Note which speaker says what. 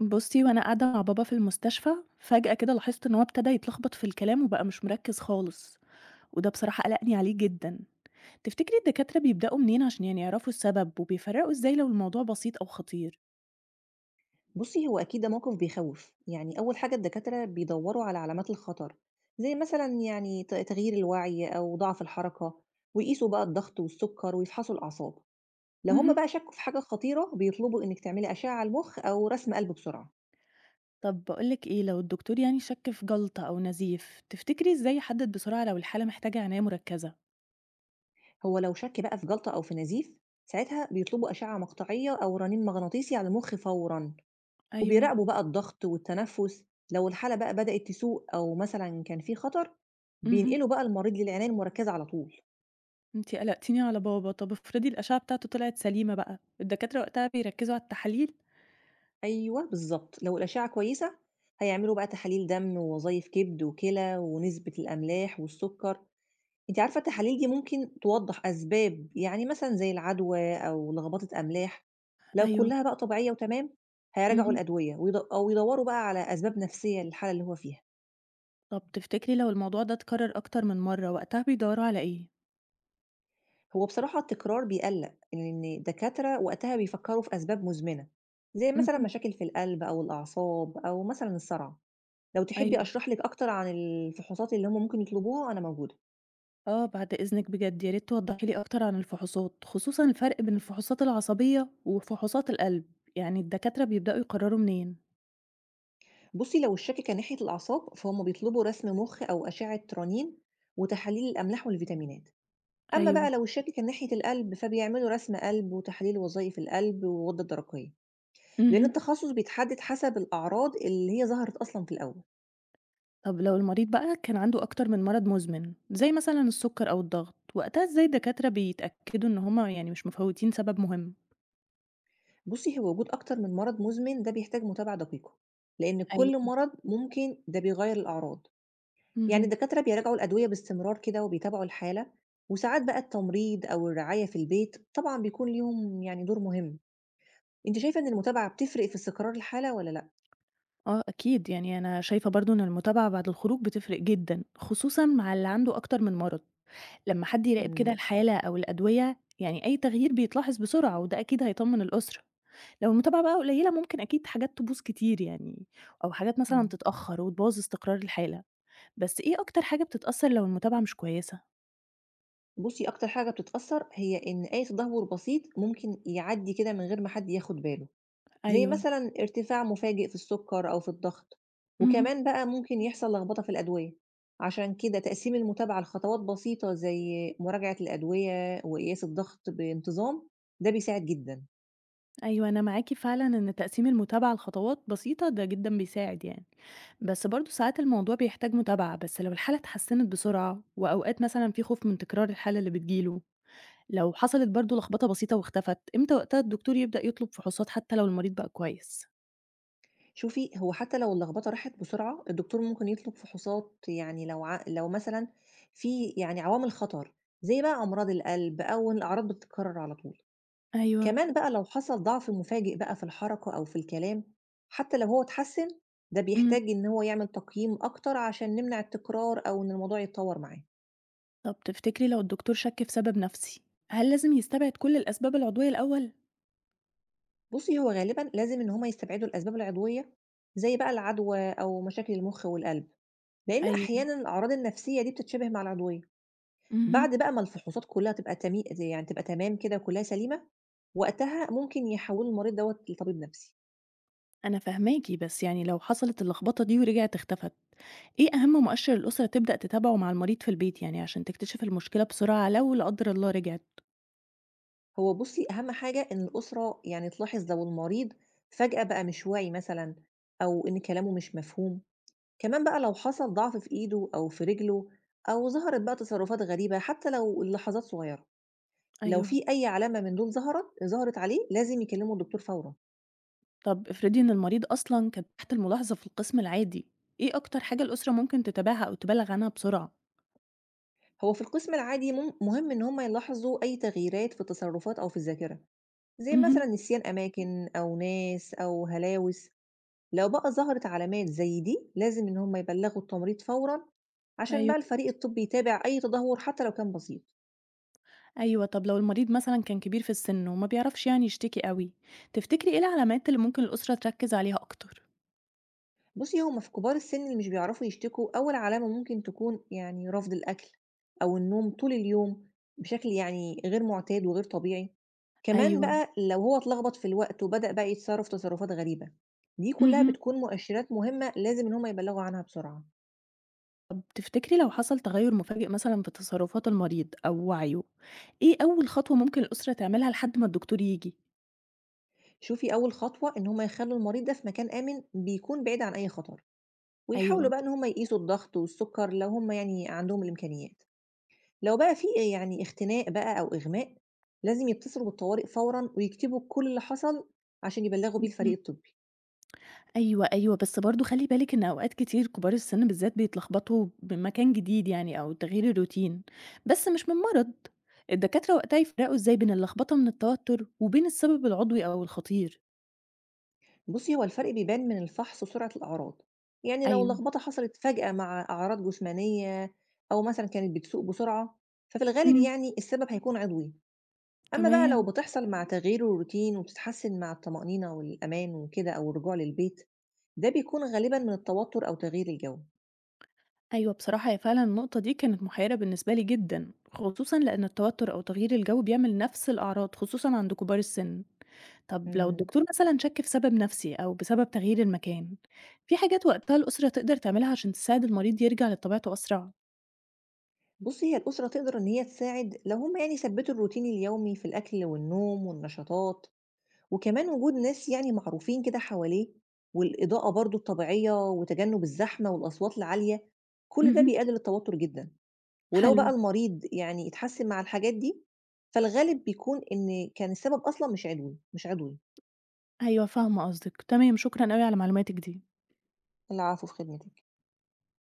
Speaker 1: بُصّي، وأنا قاعدة مع بابا في المستشفى، فجأة كده لاحظت إن هو ابتدى يتلخبط في الكلام وبقى مش مركّز خالص، وده بصراحة قلقني عليه جدًا. تفتكري الدكاترة بيبدأوا منين عشان يعني يعرفوا السبب، وبيفرّقوا إزاي لو الموضوع بسيط أو خطير؟
Speaker 2: بُصّي، هو أكيد ده موقف بيخوّف، يعني أول حاجة الدكاترة بيدوّروا على علامات الخطر، زي مثلًا يعني تغيير الوعي أو ضعف الحركة، ويقيسوا بقى الضغط والسُكّر ويفحصوا الأعصاب، لو هُم
Speaker 1: اهم.
Speaker 2: بقى شكّوا في حاجة خطيرة بيطلبوا إنِّك تعملي أشعة على المُخ أو رسم قلب بسرعة،
Speaker 1: طب باقول لِك إيه، لو الدكتور يعني شَك في جلطة أو نزيف، تفتكري إزاي يحدد بسرعة لو الحالة محتاجة عناية مركّزة؟
Speaker 2: هو لو شَك بقى في جلطة أو في نزيف ساعتها بيطلبوا أشعة مقطعية أو رنين مغناطيسي على المُخ فورًا،
Speaker 1: أيوه،
Speaker 2: وبيراقبوا بقى الضغط والتنفُّس، لو الحالة بقى بدأت تسوء أو مثلًا كان في خطر
Speaker 1: اهم.
Speaker 2: بينقلوا بقى المريض للعناية المركّزة على طول.
Speaker 1: أنتِ قلقتيني على بابا، طب افرضي الأشعة بتاعته طلعت سليمة بقى، الدكاترة وقتها بيركّزوا على التحاليل؟
Speaker 2: أيوه بالضبط، لو الأشعة كويسة هيعملوا بقى تحاليل دم ووظايف كبد وكلى ونسبة الأملاح والسكر، أنتِ عارفة التحاليل دي ممكن توضح أسباب يعني مثلًا زي العدوى أو لخبطة أملاح، لو
Speaker 1: أيوه،
Speaker 2: كلها بقى طبيعية وتمام هيراجعوا
Speaker 1: اهم.
Speaker 2: الأدوية أو يدوروا بقى على أسباب نفسية للحالة اللي هو فيها،
Speaker 1: طب تفتكري لو الموضوع ده اتكرر أكتر من مرة، وقتها بيدوّروا على إيه؟
Speaker 2: هو بصراحة التكرار بيقلق لإن الدكاترة وقتها بيفكروا في أسباب مزمنة، زي مثلًا
Speaker 1: اهم،
Speaker 2: مشاكل في القلب أو الأعصاب أو مثلًا الصرع. لو تحبي
Speaker 1: أيوه،
Speaker 2: أشرح لِك أكتر عن الفحوصات اللي هم ممكن يطلبوها، أنا موجودة.
Speaker 1: آه، بعد إذنِك بجد، يا ريت توضحي لي أكتر عن الفحوصات، خصوصًا الفرق بين الفحوصات العصبية وفحوصات القلب، يعني الدكاترة بيبدأوا يقرروا منين؟
Speaker 2: بُصّي، لو الشَّكِكة ناحية الأعصاب، فهُم بيطلبوا رسم مُخ أو أشعة رنين وتحاليل الأملاح والفيتامينات. أمّا
Speaker 1: أيوه،
Speaker 2: بقى لو الشَّكِكة ناحية القلب، فبيعملوا رسم قلب وتحاليل وظايف القلب والغدة الدرقية، لإن
Speaker 1: اهم،
Speaker 2: التخصُّص بيتحدد حسب الأعراض اللي هي ظهرت أصلًا في الأول.
Speaker 1: طب لو المريض بقى كان عنده أكتر من مرض مزمن، زي مثلًا السكر أو الضغط، وقتها إزاي الدكاترة بيتأكدوا إن هُم يعني مش مفوّتين سبب مهم؟
Speaker 2: بُصّي، هو وجود أكتر من مرض مُزمن ده بيحتاج متابعة دقيقة، لإن كل
Speaker 1: أيوه،
Speaker 2: مرض ممكن ده بيغيّر الأعراض. يعني
Speaker 1: اهم،
Speaker 2: الدكاترة بيراجعوا الأدوية باستمرار كده وبيتابعوا الحالة وساعات بقى التمريض أو الرعاية في البيت طبعا بيكون ليهم يعني دور مهم. أنت شايفة إن المتابعة بتفرق في استقرار الحالة ولا لأ؟
Speaker 1: آه أكيد، يعني أنا شايفة برضه إن المتابعة بعد الخروج بتفرق جدًا، خصوصًا مع اللي عنده أكتر من مرض. لمّا حد يراقب كده
Speaker 2: مم.
Speaker 1: الحالة أو الأدوية، يعني أي تغيير بيتلاحظ بسرعة وده أكيد هيطمّن الأسرة. لو المتابعة بقى قليلة ممكن أكيد حاجات تبوظ كتير يعني أو حاجات مثلًا
Speaker 2: مم.
Speaker 1: تتأخّر وتبوظ استقرار الحالة. بس إيه أكتر حاجة بتتأثّر لو المتابعة مش كويسة؟
Speaker 2: بصي أكتر حاجة بتتأثر هي إن أي تدهور بسيط ممكن يعدي كده من غير ما حد ياخد باله، زي
Speaker 1: أيوه.
Speaker 2: مثلًا ارتفاع مفاجئ في السُكّر أو في الضغط،
Speaker 1: اهم.
Speaker 2: وكمان بقى ممكن يحصل لخبطة في الأدوية، عشان كده تقسيم المتابعة لخطوات بسيطة زي مراجعة الأدوية وقياس الضغط بانتظام، ده بيساعد جدًا.
Speaker 1: أيوه، أنا معاكِ فعلًا إن تقسيم المتابعة لخطوات بسيطة ده جدًا بيساعد يعني. بس برضه ساعات الموضوع بيحتاج متابعة، بس لو الحالة اتحسّنت بسرعة وأوقات مثلًا في خوف من تكرار الحالة اللي بتيجي له، لو حصلت برضه لخبطة بسيطة واختفت، إمتى وقتها الدكتور يبدأ يطلب فحوصات حتى لو المريض بقى كويس؟
Speaker 2: شوفي، هو حتى لو اللخبطة راحت بسرعة، الدكتور ممكن يطلب فحوصات يعني لو مثلًا في يعني عوامل خطر، زي بقى أمراض القلب أو إن الأعراض بتتكرر على طول.
Speaker 1: أيوة،
Speaker 2: كمان بقى لو حصل ضعف مفاجئ بقى في الحركة أو في الكلام حتى لو هو اتحسن ده بيحتاج
Speaker 1: امم.
Speaker 2: إن هو يعمل تقييم أكتر عشان نمنع التكرار أو إن الموضوع يتطور معاه.
Speaker 1: طب تفتكري لو الدكتور شك في سبب نفسي، هل لازم يستبعد كل الأسباب العضوية الأول؟
Speaker 2: بصي هو غالبا لازم إن هما يستبعدوا الأسباب العضوية زي بقى العدوى أو مشاكل المخ والقلب، لأن
Speaker 1: أيوة،
Speaker 2: أحيانا الأعراض النفسية دي بتتشابه مع العضوية.
Speaker 1: امم.
Speaker 2: بعد بقى ما الفحوصات كلها يعني تبقى تمام كده كلها سليمة، وقتها ممكن يحولوا المريض دوت لطبيب نفسي.
Speaker 1: أنا فهماكي بس يعني لو حصلت اللخبطة دي ورجعت اختفت، إيه أهم مؤشر الأسرة تبدأ تتابعه مع المريض في البيت يعني عشان تكتشف المشكلة بسرعة لو لا قدر الله رجعت؟
Speaker 2: هو بُصّي، أهم حاجة إن الأسرة يعني تلاحظ لو المريض فجأة بقى مش واعي مثلًا أو إن كلامه مش مفهوم، كمان بقى لو حصل ضعف في إيده أو في رجله أو ظهرت بقى تصرفات غريبة حتى لو للحظات صغيرة، لو
Speaker 1: أيوة.
Speaker 2: في أي علامة من دول ظهرت عليه لازم يكلموا الدكتور فورًا.
Speaker 1: طب افرضي إن المريض أصلا كان تحت الملاحظة في القسم العادي، إيه أكتر حاجة الأسرة ممكن تتابعها أو تبلغ عنها بسرعة؟
Speaker 2: هو في القسم العادي مهم إن هم يلاحظوا أي تغييرات في التصرفات أو في الذاكرة، زي مثلًا
Speaker 1: اهم.
Speaker 2: نسيان أماكن أو ناس أو هلاوس. لو بقى ظهرت علامات زي دي لازم إن هم يبلغوا التمريض فورا عشان
Speaker 1: أيوه،
Speaker 2: بقى الفريق الطبي يتابع أي تدهور حتى لو كان بسيط.
Speaker 1: أيوه. طب لو المريض مثلًا كان كبير في السِن وما بيعرفش يعني يشتكي أوي، تفتكري إيه العلامات اللي ممكن الأسرة تركّز عليها أكتر؟
Speaker 2: بصي هما في كبار السن اللي مش بيعرفوا يشتكوا أول علامة ممكن تكون يعني رفض الأكل أو النوم طول اليوم بشكل يعني غير معتاد وغير طبيعي، كمان
Speaker 1: أيوه.
Speaker 2: بقى لو هو اتلخبط في الوقت وبدأ بقى يتصرف تصرفات غريبة، دي كلها
Speaker 1: اهم.
Speaker 2: بتكون مؤشرات مهمة لازم إن هما يبلغوا عنها بسرعة.
Speaker 1: طب تفتكري لو حصل تغيُّر مفاجئ مثلًا في تصرفات المريض أو وعيه، إيه أول خطوة ممكن الأسرة تعملها لحد ما الدكتور ييجي؟
Speaker 2: شوفي أول خطوة إن هما يخلوا المريض ده في مكان آمن بيكون بعيد عن أي خطر، ويحاولوا
Speaker 1: أيوه.
Speaker 2: بقى إن هم يقيسوا الضغط والسكر لو هم يعني عندهم الإمكانيات، لو بقى في يعني اختناق بقى أو إغماء لازم يتصلوا بالطوارئ فورا ويكتبوا كل اللي حصل عشان يبلغوا بيه
Speaker 1: اهم.
Speaker 2: الفريق الطبي.
Speaker 1: أيوه، أيوه، بس برضه خلّي بالِك إن أوقات كتير كبار السِن بالذات بيتلخبطوا بمكان جديد يعني أو تغيير الروتين، بس مش من مرض. الدكاترة وقتها يفرقوا إزاي بين اللخبطة من التوتر وبين السبب العضوي أو الخطير.
Speaker 2: بصي هو الفرق بيبان من الفحص وسرعة الأعراض، يعني لو
Speaker 1: أيوه.
Speaker 2: اللخبطة حصلت فجأة مع أعراض جسمانية أو مثلا كانت بتسوق بسرعة ففي الغالب
Speaker 1: إمم،
Speaker 2: يعني السبب هيكون عضوي. أما بقى لو
Speaker 1: تمام.
Speaker 2: بتحصل مع تغيير الروتين وبتتحسن مع الطمأنينة والأمان وكده أو الرجوع للبيت ده بيكون غالبا من التوتر أو تغيير الجو.
Speaker 1: أيوه، بصراحة هي فعلًا النقطة دي كانت محيرة بالنسبة لي جدًا، خصوصًا لإن التوتر أو تغيير الجو بيعمل نفس الأعراض، خصوصًا عند كبار السِن. طب لو
Speaker 2: إمم.
Speaker 1: الدكتور مثلًا شَك في سبب نفسي أو بسبب تغيير المكان، في حاجات وقتها الأسرة تقدر تعملها عشان تساعد المريض يرجع لطبيعته أسرع؟
Speaker 2: بُصّي، هي الأسرة تقدر إن هي تساعد لو هم يعني ثبّتوا الروتين اليومي في الأكل والنوم والنشاطات، وكمان وجود ناس يعني معروفين كده حواليه، والإضاءة برضه الطبيعية وتجنُّب الزحمة والأصوات العالية، كل ده
Speaker 1: اهم،
Speaker 2: بيقلل التوتر جدًا. ولو
Speaker 1: حلو،
Speaker 2: بقى المريض يعني اتحسّن مع الحاجات دي، فالغالب بيكون إن كان السبب أصلًا مش عدوي، مش عضوي.
Speaker 1: أيوه فاهمة قصدك، تمام، شكرًا أوي على معلوماتِك دي.
Speaker 2: العفو، في خدمتِك.